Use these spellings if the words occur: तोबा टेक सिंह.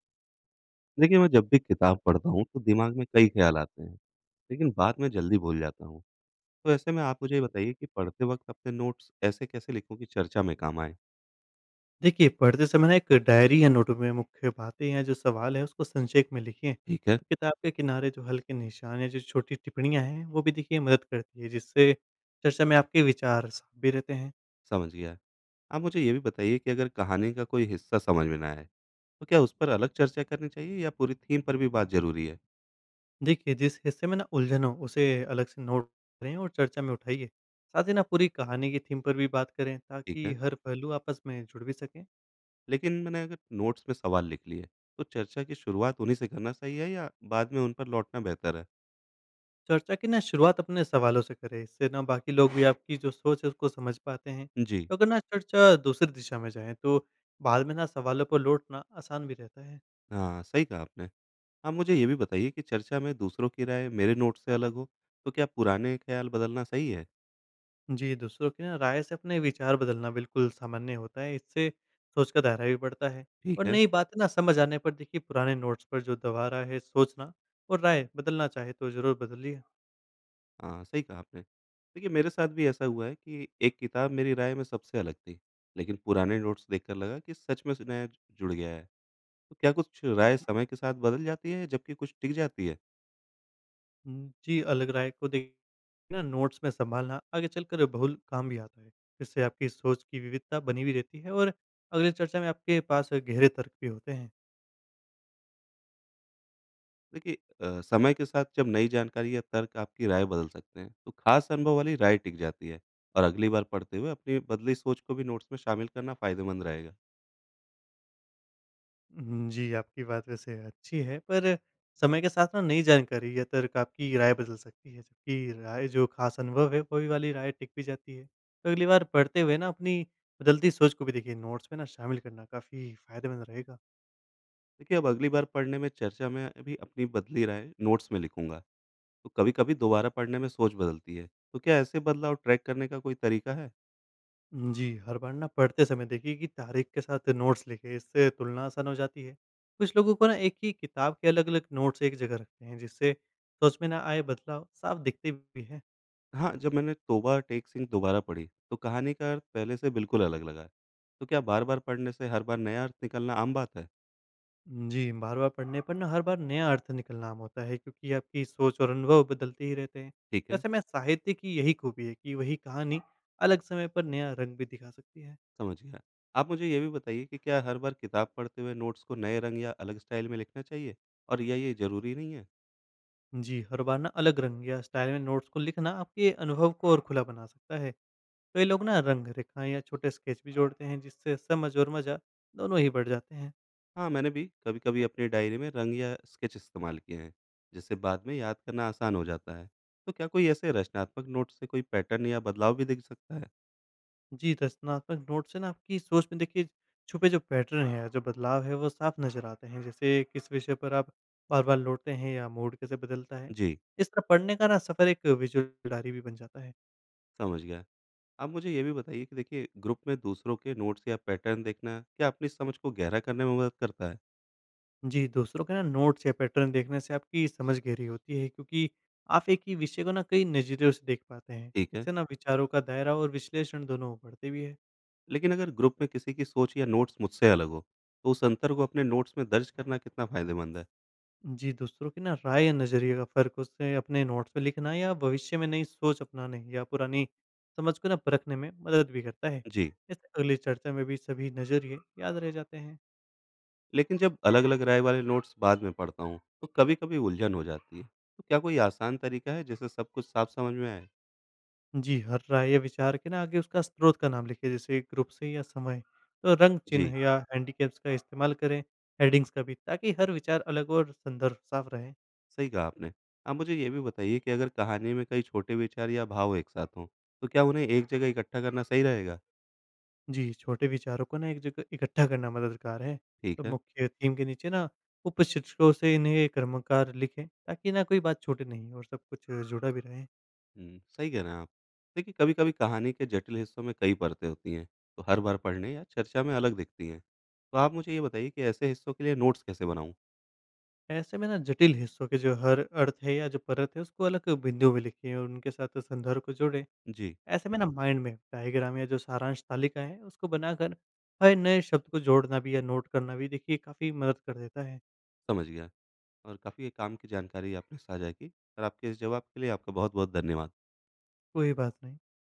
देखिए, मैं जब भी किताब पढ़ता हूँ तो दिमाग में कई ख़्याल आते हैं, लेकिन बाद में जल्दी भूल जाता हूँ। तो ऐसे में आप मुझे ये बताइए कि पढ़ते वक़्त अपने नोट्स ऐसे कैसे लिखूँ कि चर्चा में काम आएँ? देखिए, पढ़ते समय ना एक डायरी या नोटबुक में मुख्य बातें या जो सवाल है उसको संक्षेप में लिखिए। ठीक है, किताब के किनारे जो हल्के निशान या जो छोटी टिप्पणियाँ हैं, वो भी देखिए मदद करती है जिससे चर्चा में आपके विचार साफ भी रहते हैं। समझ गया। आप मुझे ये भी बताइए कि अगर कहानी का कोई हिस्सा समझ में ना आए, तो क्या उस पर अलग चर्चा करनी चाहिए या पूरी थीम पर भी बात ज़रूरी है? देखिए, जिस हिस्से में ना उलझन हो उसे अलग से नोट करें और चर्चा में उठाइए। साथ ही ना पूरी कहानी की थीम पर भी बात करें ठीक ताकि है, हर पहलू आपस में जुड़ भी सके। लेकिन मैंने अगर नोट्स में सवाल लिख लिए, तो चर्चा की शुरुआत उन्हीं से करना सही है या बाद में उन पर लौटना बेहतर है? चर्चा की ना शुरुआत अपने सवालों से करें, इससे ना बाकी लोग भी आपकी जो सोच है उसको समझ पाते हैं। जी, तो अगर ना चर्चा दूसरी दिशा में जाए, तो बाद में ना सवालों पर लौटना आसान भी रहता है। हाँ, सही कहा आपने। आप मुझे ये भी बताइए कि चर्चा में दूसरों की राय मेरे नोट से अलग हो तो क्या पुराने ख्याल बदलना सही है? जी, दूसरों की ना राय से अपने विचार बदलना बिल्कुल सामान्य होता है, इससे सोच का दायरा भी बढ़ता है। ठीक और है, नई बातें ना समझ आने पर देखिए, पुराने नोट्स पर जो दोबारा है सोचना और राय बदलना चाहे, तो जरूर बदलिए। हाँ, सही कहा आपने। देखिए मेरे साथ भी ऐसा हुआ है कि एक किताब मेरी राय में सबसे अलग थी, लेकिन पुराने नोट्स देखकर लगा कि सच में नया जुड़ गया है। तो क्या कुछ राय समय के साथ बदल जाती है जबकि कुछ टिक जाती है? जी, अलग राय को देखना नोट्स में सँभालना आगे चलकर बहुल काम भी आता है। इससे आपकी सोच की विविधता बनी भी रहती है और अगली चर्चा में आपके पास गहरे तर्क भी होते हैं। देखिए समय के साथ जब नई जानकारी या तर्क आपकी राय बदल सकते हैं, तो खास अनुभव वाली राय टिक जाती है और अगली बार पढ़ते हुए अपनी बदली सोच को भी नोट्स में शामिल करना फायदेमंद रहेगा। जी, आपकी बात वैसे अच्छी है, पर समय के साथ ना नई जानकारी या तर्क आपकी राय बदल सकती है, जबकि राय जो ख़ास अनुभव है, वही वाली राय टिक भी जाती है। तो अगली बार पढ़ते हुए ना अपनी बदलती सोच को भी देखिए, नोट्स में ना शामिल करना काफ़ी फ़ायदेमंद रहेगा। देखिए, अब अगली बार पढ़ने में चर्चा में अभी अपनी बदली राय नोट्स में लिखूंगा। तो कभी-कभी दोबारा पढ़ने में सोच बदलती है। तो क्या ऐसे बदलाव ट्रैक करने का कोई तरीका है? जी, हर बार ना पढ़ते समय देखिए कि तारीख के साथ नोट्स लिखें, इससे तुलना आसान हो जाती है। कुछ लोगों को ना एक ही किताब के अलग-अलग नोट्स एक जगह रखते हैं, जिससे सोच में ना आए बदलाव साफ दिखते भी हैं। हाँ, जब मैंने तोबा टेक सिंह दोबारा पढ़ी, तो कहानी का अर्थ पहले से बिल्कुल अलग लगा। तो क्या बार-बार पढ़ने से हर बार नया अर्थ निकलना आम बात है? जी, बार-बार पढ़ने पर ना हर बार नया अर्थ निकलना आम होता है, क्योंकि आपकी सोच और अनुभव बदलते ही रहते हैं। ठीक है, ऐसे में साहित्य की यही खूबी है कि वही कहानी अलग समय पर नया रंग भी दिखा सकती है। समझ गया। आप मुझे ये भी बताइए कि क्या हर बार किताब पढ़ते हुए नोट्स को नए रंग या अलग स्टाइल में लिखना चाहिए? और या ये ज़रूरी नहीं है? जी, हर बार ना अलग रंग या स्टाइल में नोट्स को लिखना आपके अनुभव को और खुला बना सकता है। तो ये लोग ना रंग रेखाएँ या छोटे स्केच भी जोड़ते हैं, जिससे समझ और मज़ा दोनों ही बढ़ जाते हैं। हाँ, मैंने भी कभी-कभी अपनी डायरी में रंग या स्केच इस्तेमाल किए हैं, जिससे बाद में याद करना आसान हो जाता है। तो क्या कोई ऐसे रचनात्मक नोट से कोई पैटर्न या बदलाव भी दिख सकता है? जी, रचनात्मक नोट से ना आपकी सोच में देखिए छुपे जो पैटर्न है, या जो बदलाव है, वो साफ नज़र आते हैं। जैसे किस विषय पर आप बार-बार लौटते हैं या मूड कैसे बदलता है। जी, इस तरह पढ़ने का ना सफ़र एक विजुअल डायरी भी बन जाता है। समझ गया। आप मुझे ये भी बताइए कि देखिए ग्रुप में दूसरों के नोट्स या पैटर्न देखना क्या अपनी समझ को गहरा करने में मदद करता है? जी, दूसरों के ना नोट्स या पैटर्न देखने से आपकी समझ गहरी होती है, क्योंकि आप एक ही विषय को ना कई नज़रियों से देख पाते हैं। ठीक है। इससे ना विचारों का दायरा और विश्लेषण दोनों बढ़ते भी है। लेकिन अगर ग्रुप में किसी की सोच या नोट्स मुझसे अलग हो, तो उस अंतर को अपने नोट्स में दर्ज करना कितना फ़ायदेमंद है? जी, दूसरों की ना राय या नज़रिए का फ़र्क उससे अपने नोट्स में लिखना या भविष्य में नई सोच अपनाने या पुरानी समझ को ना परखने में मदद भी करता है। जी। इससे अगली चर्चा में भी सभी नज़रिए याद रह जाते हैं। लेकिन जब अलग-अलग राय वाले नोट्स बाद में पढ़ता हूँ, तो कभी-कभी उलझन हो जाती है। तो क्या कोई आसान तरीका है जिससे सब कुछ साफ समझ में आए? जी, हर राय या विचार के ना आगे उसका स्रोत का नाम लिखें, जैसे ग्रुप से या समय। तो रंग जी, चिन्ह या हैंडीकैप्स का इस्तेमाल करें, हेडिंग्स का भी, ताकि हर विचार अलग और संदर्भ साफ रहे। सही कहा आपने। आप मुझे ये भी बताइए कि अगर कहानी में कई छोटे विचार या भाव एक साथ हों, तो क्या उन्हें एक जगह इकट्ठा करना सही रहेगा? जी, छोटे विचारों को ना एक जगह इकट्ठा करना मददगार है। तो ठीक है। मुख्य थीम के नीचे ना उपशीर्षकों से इन्हें क्रमवार लिखें, ताकि ना कोई बात छूटे नहीं और सब कुछ जुड़ा भी रहे। हुँ, सही कह रहे हैं आप। देखिए, कभी-कभी कहानी के जटिल हिस्सों में कई परतें होती हैं, तो हर बार पढ़ने या चर्चा में अलग दिखती हैं। तो आप मुझे ये बताइए कि ऐसे हिस्सों के लिए नोट्स कैसे बनाऊँ? ऐसे में ना जटिल हिस्सों के जो हर अर्थ है या जो परत है, उसको अलग बिंदु में लिखें और उनके साथ संदर्भ को जोड़ें। जी, ऐसे में ना माइंड मैप, डायग्राम या जो सारांश तालिका है, उसको बनाकर हर नए शब्द को जोड़ना भी या नोट करना भी देखिए काफ़ी मदद कर देता है। समझ गया। और काफ़ी काम की जानकारी आपने साझा की और आपके इस जवाब के लिए आपका बहुत-बहुत धन्यवाद। कोई बात नहीं।